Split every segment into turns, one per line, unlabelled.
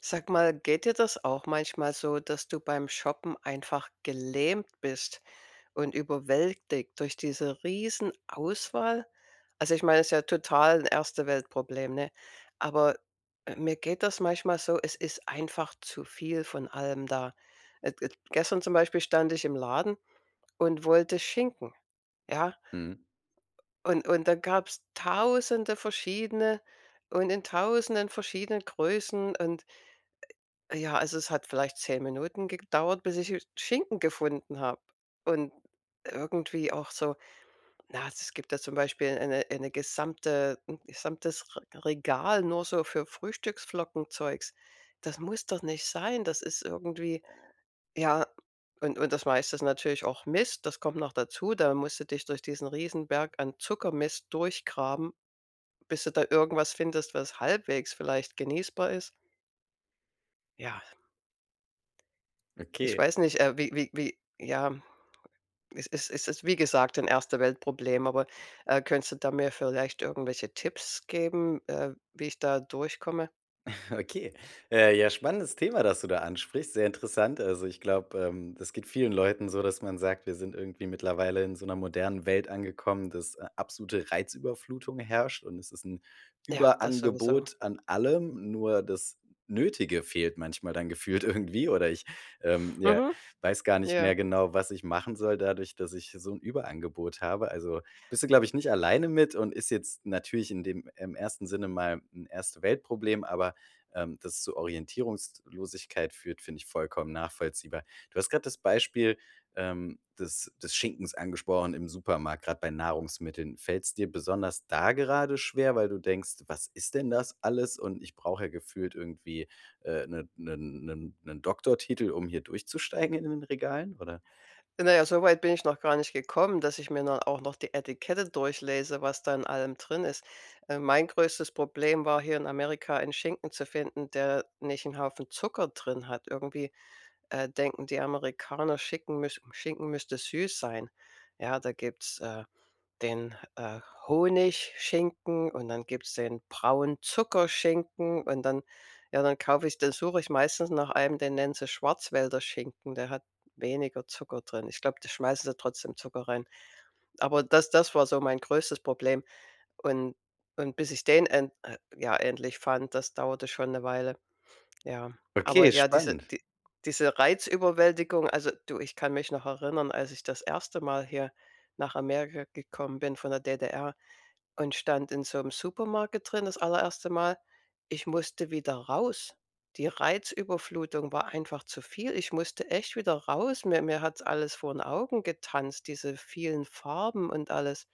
Sag mal, geht dir das auch manchmal so, dass du beim Shoppen einfach gelähmt bist und überwältigt durch diese riesen Auswahl? Also ich meine, es ist ja total ein Erste-Welt-Problem, ne? Aber, mir geht das manchmal so, es ist einfach zu viel von allem da. Gestern zum Beispiel stand ich im Laden und wollte Schinken, ja?
Mhm.
Und da gab es tausende verschiedene und in tausenden verschiedenen Größen und ja, also es hat vielleicht 10 Minuten gedauert, bis ich Schinken gefunden habe. Und irgendwie auch so, na, also es gibt da zum Beispiel ein gesamtes Regal nur so für Frühstücksflockenzeugs. Das muss doch nicht sein. Das ist irgendwie, ja, und das meiste ist natürlich auch Mist. Das kommt noch dazu. Da musst du dich durch diesen Riesenberg an Zuckermist durchgraben, bis du da irgendwas findest, was halbwegs vielleicht genießbar ist. Ja, ich
Okay,
weiß nicht, ja, es ist, wie gesagt, ein Erste-Welt-Problem, aber, könntest du da mir vielleicht irgendwelche Tipps geben, wie ich da durchkomme?
Okay. Ja, spannendes Thema, das du da ansprichst. Sehr interessant. Also, ich glaube, das geht vielen Leuten so, dass man sagt, wir sind irgendwie mittlerweile in so einer modernen Welt angekommen, dass absolute Reizüberflutung herrscht und es ist ein
Ja, das sowieso.
Überangebot an allem, nur das Nötige fehlt manchmal dann gefühlt irgendwie oder ich, ja,
Mhm,
weiß gar nicht
ja.
mehr genau, was ich machen soll dadurch, dass ich so ein Überangebot habe. Also, bist du, glaube ich, nicht alleine mit und ist jetzt natürlich in dem im ersten Sinne mal ein Erste-Welt-Problem, aber das zu Orientierungslosigkeit führt, finde ich vollkommen nachvollziehbar. Du hast gerade das Beispiel, des Schinkens angesprochen im Supermarkt, gerade bei Nahrungsmitteln. Fällt es dir besonders da gerade schwer, weil du denkst: „Was ist denn das alles und ich brauche ja gefühlt irgendwie einen Doktortitel, um hier durchzusteigen in den Regalen“, oder?
Na ja, so weit bin ich noch gar nicht gekommen, dass ich mir dann auch noch die Etikette durchlese, was da in allem drin ist. Mein größtes Problem war, hier in Amerika einen Schinken zu finden, der nicht 'n Haufen Zucker drin hat. Irgendwie, denken die Amerikaner, Schinken müsste süß sein. Ja, da gibt's, den, Honigschinken und dann gibt's den braunen Zuckerschinken und dann ja, dann suche ich meistens nach einem, den nennen sie Schwarzwälder Schinken, der hat weniger Zucker drin. Ich glaube, da schmeißen sie trotzdem Zucker rein. Aber das war so mein größtes Problem und und bis ich den end ja, endlich fand, das dauerte schon eine Weile, ja.
Okay,
Aber ja,
spannend.
diese Reizüberwältigung, also, du, ich kann mich noch erinnern, als ich das erste Mal hier nach Amerika gekommen bin von der DDR und stand in so einem Supermarkt drin das allererste Mal. Ich musste wieder raus. Die Reizüberflutung war einfach zu viel. Ich musste echt wieder raus. Mir hat's alles vor den Augen getanzt, diese vielen Farben und alles.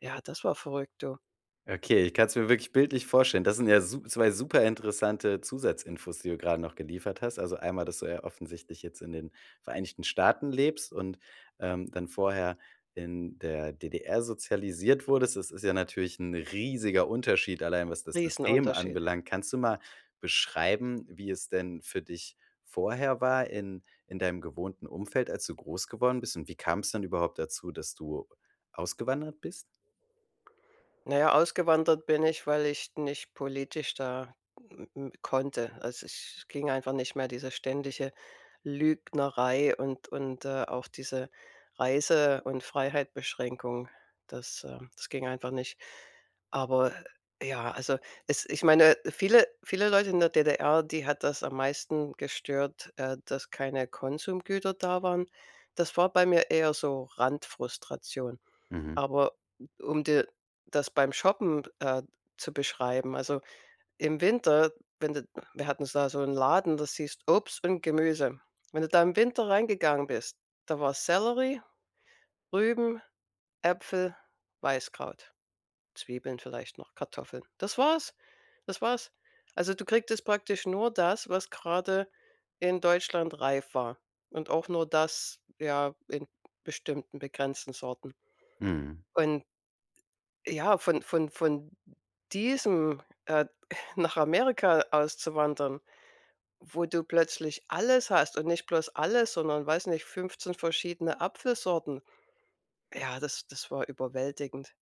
Ja, das war verrückt, du.
Okay, ich kann es mir wirklich bildlich vorstellen. Das sind ja su zwei super interessante Zusatzinfos, die du gerade noch geliefert hast. Also einmal, dass du ja offensichtlich jetzt in den Vereinigten Staaten lebst und, dann vorher in der DDR sozialisiert wurdest. Das ist ja natürlich ein riesiger Unterschied, allein was das System
Riesenunterschied.
anbelangt. Kannst du mal beschreiben, wie es denn für dich vorher war in deinem gewohnten Umfeld, als du groß geworden bist? Und wie kam es dann überhaupt dazu, dass du ausgewandert bist?
Na ja, ausgewandert bin ich, weil ich nicht politisch da m m konnte. Also, ich es ging einfach nicht mehr, diese ständige Lügnerei und, auch diese Reise und Freiheitbeschränkung. Das, das ging einfach nicht. Aber ja, also, es ich meine, viele Leute in der DDR, die hat das am meisten gestört, dass keine Konsumgüter da waren. Das war bei mir eher so Randfrustration.
Mhm,
Aber um dir das beim Shoppen, zu beschreiben, also, im Winter, wenn du wir hatten da so einen Laden, das hieß Obst und Gemüse. Wenn du da im Winter reingegangen bist, da war Sellerie, Rüben, Äpfel, Weißkraut, Zwiebeln vielleicht noch, Kartoffeln. Das war's. Das war's. Also, du kriegtest praktisch nur das, was gerade in Deutschland reif war und auch nur das, ja, in bestimmten begrenzten Sorten.
mhm.
Und ja, von diesem, nach Amerika auszuwandern, wo du plötzlich alles hast und nicht bloß alles, sondern, weiß nicht, 15 verschiedene Apfelsorten. Ja, das war überwältigend.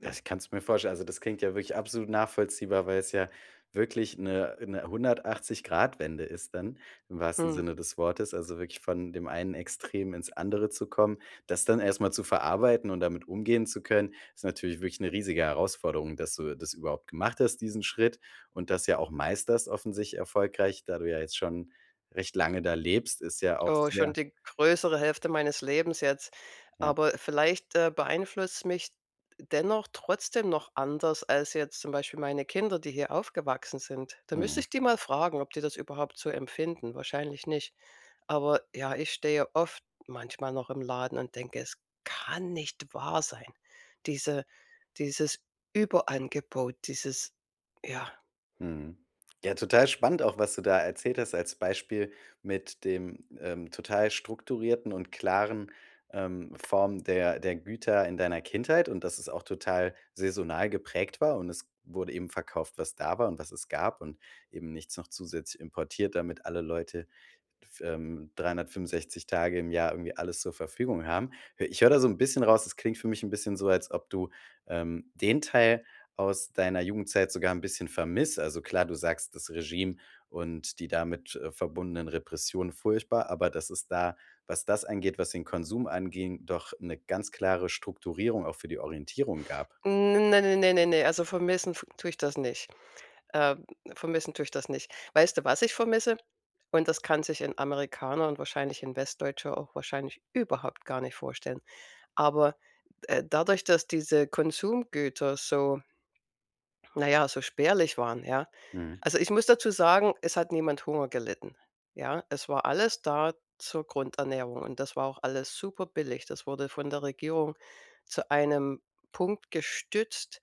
Das kannst du mir vorstellen. Also, das klingt ja wirklich absolut nachvollziehbar, weil es ja wirklich eine 180-Grad-Wende ist dann im wahrsten
Hm.
Sinne des Wortes. Also, wirklich von dem einen Extrem ins andere zu kommen. Das dann erstmal zu verarbeiten und damit umgehen zu können, ist natürlich wirklich eine riesige Herausforderung, dass du das überhaupt gemacht hast, diesen Schritt und das ja auch meisterst offensichtlich erfolgreich. Da du ja jetzt schon recht lange da lebst, ist ja auch
Oh,
sehr.
schon die größere Hälfte meines Lebens jetzt.
Ja,
Aber vielleicht, beeinflusst's mich dennoch trotzdem noch anders als jetzt zum Beispiel meine Kinder, die hier aufgewachsen sind. Da müsste
mhm.
ich die mal fragen, ob die das überhaupt so empfinden. Wahrscheinlich nicht. Aber ja, ich stehe oft manchmal noch im Laden und denke, es kann nicht wahr sein. Diese dieses Überangebot, dieses ja,
Mhm. Ja, total spannend auch, was du da erzählt hast als Beispiel mit dem, total strukturierten und klaren, Form der Güter in deiner Kindheit und dass es auch total saisonal geprägt war und es wurde eben verkauft, was da war und was es gab und eben nichts noch zusätzlich importiert, damit alle Leute 365 Tage im Jahr irgendwie alles zur Verfügung haben. Hö Ich höre da so ein bisschen raus. Es klingt für mich ein bisschen so, als ob du, den Teil aus deiner Jugendzeit sogar ein bisschen vermisst. Also, klar, du sagst das Regime und die damit, verbundenen Repressionen furchtbar, aber das ist da, was das angeht, was den Konsum anging, doch eine ganz klare Strukturierung auch für die Orientierung gab.
n ne, ne, ne, ne, ne, also vermissen f tue ich das nicht. Ähm, vermissen tue ich das nicht. Weißt du, was ich vermisse? Und das kann sich ein Amerikaner und wahrscheinlich ein Westdeutscher auch wahrscheinlich überhaupt gar nicht vorstellen. Aber, dadurch, dass diese Konsumgüter so na ja, so spärlich waren, ja,
Mhm,
also, ich muss dazu sagen, es hat niemand Hunger gelitten. Ja, es war alles da zur Grundernährung und das war auch alles super billig. Das wurde von der Regierung zu einem Punkt gestützt,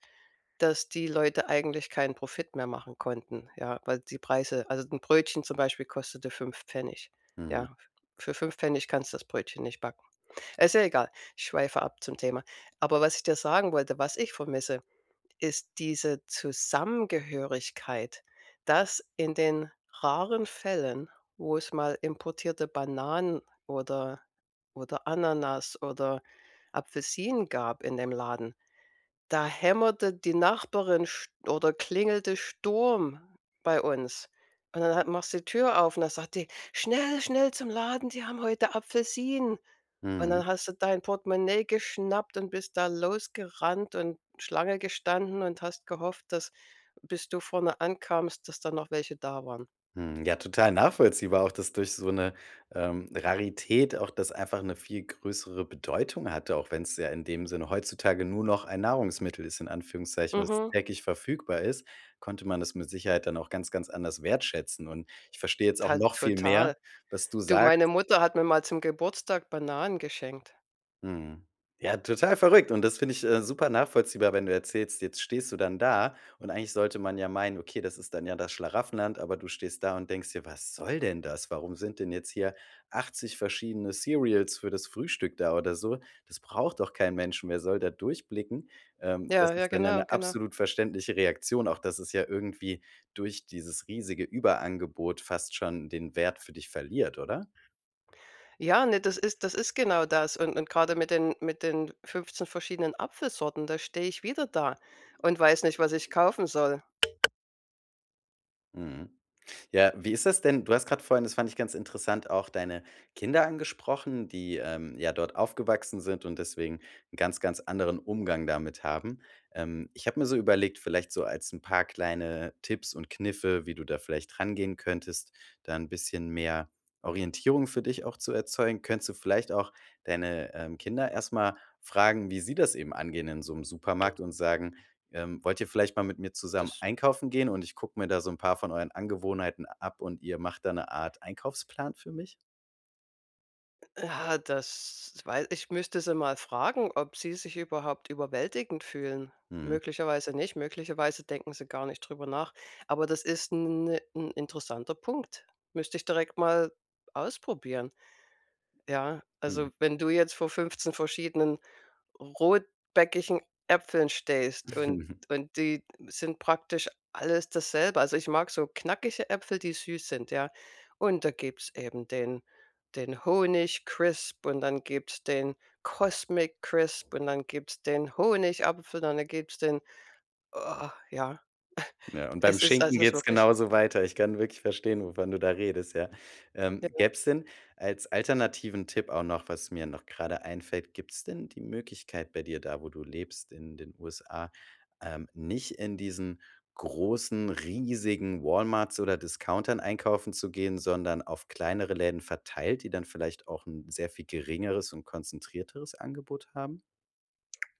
dass die Leute eigentlich keinen Profit mehr machen konnten, ja, weil die Preise, also, ein Brötchen zum Beispiel kostete 5 Pfennig.
mhm,
Ja, für 5 Pfennig kannst du das Brötchen nicht backen. Ist ja egal, ich schweife ab zum Thema. Aber was ich dir sagen wollte, was ich vermisse, ist diese Zusammengehörigkeit, dass in den raren Fällen, wo es mal importierte Bananen oder oder Ananas oder Apfelsinen gab in dem Laden, da hämmerte die Nachbarin st oder klingelte Sturm bei uns. Und dann hat machst du die Tür auf und dann sagt die: „Schnell, schnell zum Laden, die haben heute Apfelsinen.“ Und
mhm.
dann hast du dein Portemonnaie geschnappt und bist da losgerannt und Schlange gestanden und hast gehofft, dass bis du vorne ankamst, dass da noch welche da waren.
Hm, ja, total nachvollziehbar auch, dass durch so eine Rarität auch das einfach eine viel größere Bedeutung hatte, auch wenn es ja in dem Sinne heutzutage nur noch ein Nahrungsmittel ist, in Anführungszeichen, was
Mhm,
täglich verfügbar ist, konnte man das mit Sicherheit dann auch ganz, ganz anders wertschätzen. Und ich verstehe jetzt auch
ta
noch viel mehr,
total.
was du
Du, meine
sagst.
Mutter hat mir mal zum Geburtstag Bananen geschenkt.
Mhm. Ja, total verrückt und das finde ich super nachvollziehbar, wenn du erzählst, jetzt stehst du dann da und eigentlich sollte man ja meinen: „Okay, das ist dann ja das Schlaraffenland“, aber du stehst da und denkst dir: „Was soll denn das? Warum sind denn jetzt hier 80 verschiedene Cereals für das Frühstück da oder so? Das braucht doch kein Mensch. Wer soll da durchblicken?“ Das
Ja, ja,
ist dann ja
genau,
eine
genau.
absolut verständliche Reaktion, auch dass es ja irgendwie durch dieses riesige Überangebot fast schon den Wert für dich verliert, oder?
Ja, ne, das ist genau das. Und gerade mit den 15 verschiedenen Apfelsorten, da stehe ich wieder da und weiß nicht, was ich kaufen soll.
Mhm. Ja, wie ist das denn? Du hast gerade vorhin, das fand ich ganz interessant, auch deine Kinder angesprochen, die, ja dort aufgewachsen sind und deswegen einen ganz, ganz anderen Umgang damit haben. Ich habe mir so überlegt, vielleicht so als ein paar kleine Tipps und Kniffe, wie du da vielleicht rangehen könntest, da ein bisschen mehr Orientierung für dich auch zu erzeugen. Könntest du vielleicht auch deine, Kinder erstmal fragen, wie sie das eben angehen in so einem Supermarkt und sagen: Wollt ihr vielleicht mal mit mir zusammen
Das
einkaufen gehen und ich gucke mir da so ein paar von euren Angewohnheiten ab und ihr macht da eine Art Einkaufsplan für mich?
ja, das wei ich müsste sie mal fragen, ob sie sich überhaupt überwältigend fühlen.
Mhm,
Möglicherweise nicht, möglicherweise denken sie gar nicht drüber nach. Aber das ist ein 'n interessanter Punkt. Müsste ich direkt mal ausprobieren. Ja, also,
mhm.
wenn du jetzt vor 15 verschiedenen rotbäckigen Äpfeln stehst und die sind praktisch alles dasselbe. Also, ich mag so knackige Äpfel, die süß sind, ja. Und da gibt's eben den Honig Crisp und dann gibt's den Cosmic Crisp und dann gibt's den Honigapfel und dann gibt's den oh, ja.
Ja, und beim
Es ist,
Schinken
also, es ist
geht's
wirklich
genauso weiter. Ich kann wirklich verstehen, wovon du da redest, ja. Gäb's denn als alternativen Tipp auch noch, was mir noch grade einfällt, gibt's denn die Möglichkeit bei dir da, wo du lebst in den USA, nicht in diesen großen, riesigen Walmarts oder Discountern einkaufen zu gehen, sondern auf kleinere Läden verteilt, die dann vielleicht auch 'n sehr viel geringeres und konzentrierteres Angebot haben?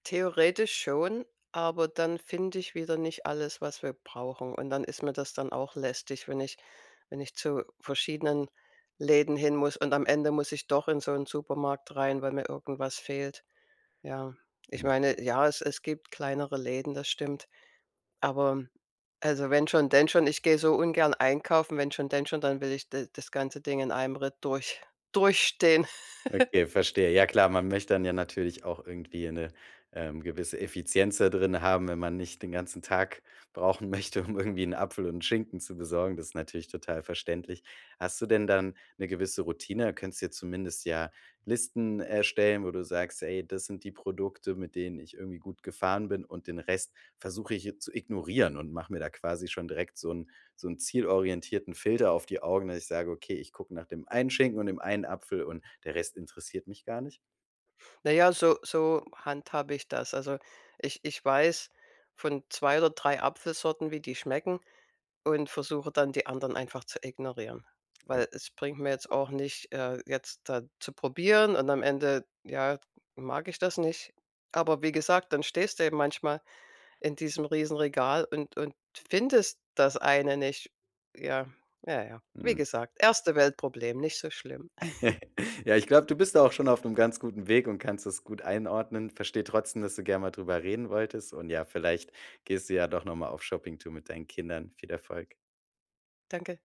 theoretisch schon, aber dann finde ich wieder nicht alles, was wir brauchen. Und dann ist mir das dann auch lästig, wenn ich zu verschiedenen Läden hin muss und am Ende muss ich doch in so einen Supermarkt rein, weil mir irgendwas fehlt. Ja, ich
Mhm.
meine, ja, es gibt kleinere Läden, das stimmt, aber also, wenn schon, denn schon. Ich gehe so ungern einkaufen, wenn schon, denn schon, dann will ich d das ganze Ding in einem Ritt durch durchstehen.
Okay, verstehe. Ja klar, man möchte dann ja natürlich auch irgendwie eine gewisse Effizienz da drin haben, wenn man nicht den ganzen Tag brauchen möchte, um irgendwie einen Apfel und 'n Schinken zu besorgen. Das ist natürlich total verständlich. Hast du denn dann eine gewisse Routine? Könntest dir zumindest ja Listen erstellen, wo du sagst: „Ey, das sind die Produkte, mit denen ich irgendwie gut gefahren bin und den Rest versuche ich zu ignorieren und mache mir da quasi schon direkt so 'n so einen zielorientierten Filter auf die Augen, dass ich sage: „Okay, ich gucke nach dem einen Schinken und dem einen Apfel und der Rest interessiert mich gar nicht.““
Na ja, so handhabe ich das. Also, ich weiß von 2 oder 3 Apfelsorten, wie die schmecken und versuche dann, die anderen einfach zu ignorieren.
Äh,
Weil es bringt mir jetzt auch nicht, jetzt da zu probieren und am Ende, ja, mag ich das nicht. Aber wie gesagt, dann stehst du eben manchmal in diesem Riesenregal und findest das eine nicht. Ja, ja, ja. Wie
mhm.
gesagt, erste Weltproblem, nicht so schlimm.
Ja, ich glaube, du bist da auch schon auf einem ganz guten Weg und kannst das gut einordnen. Verstehe trotzdem, dass du gerne mal drüber reden wolltest und ja, vielleicht gehst du ja doch noch mal auf Shoppingtour mit deinen Kindern. Viel Erfolg.
Danke.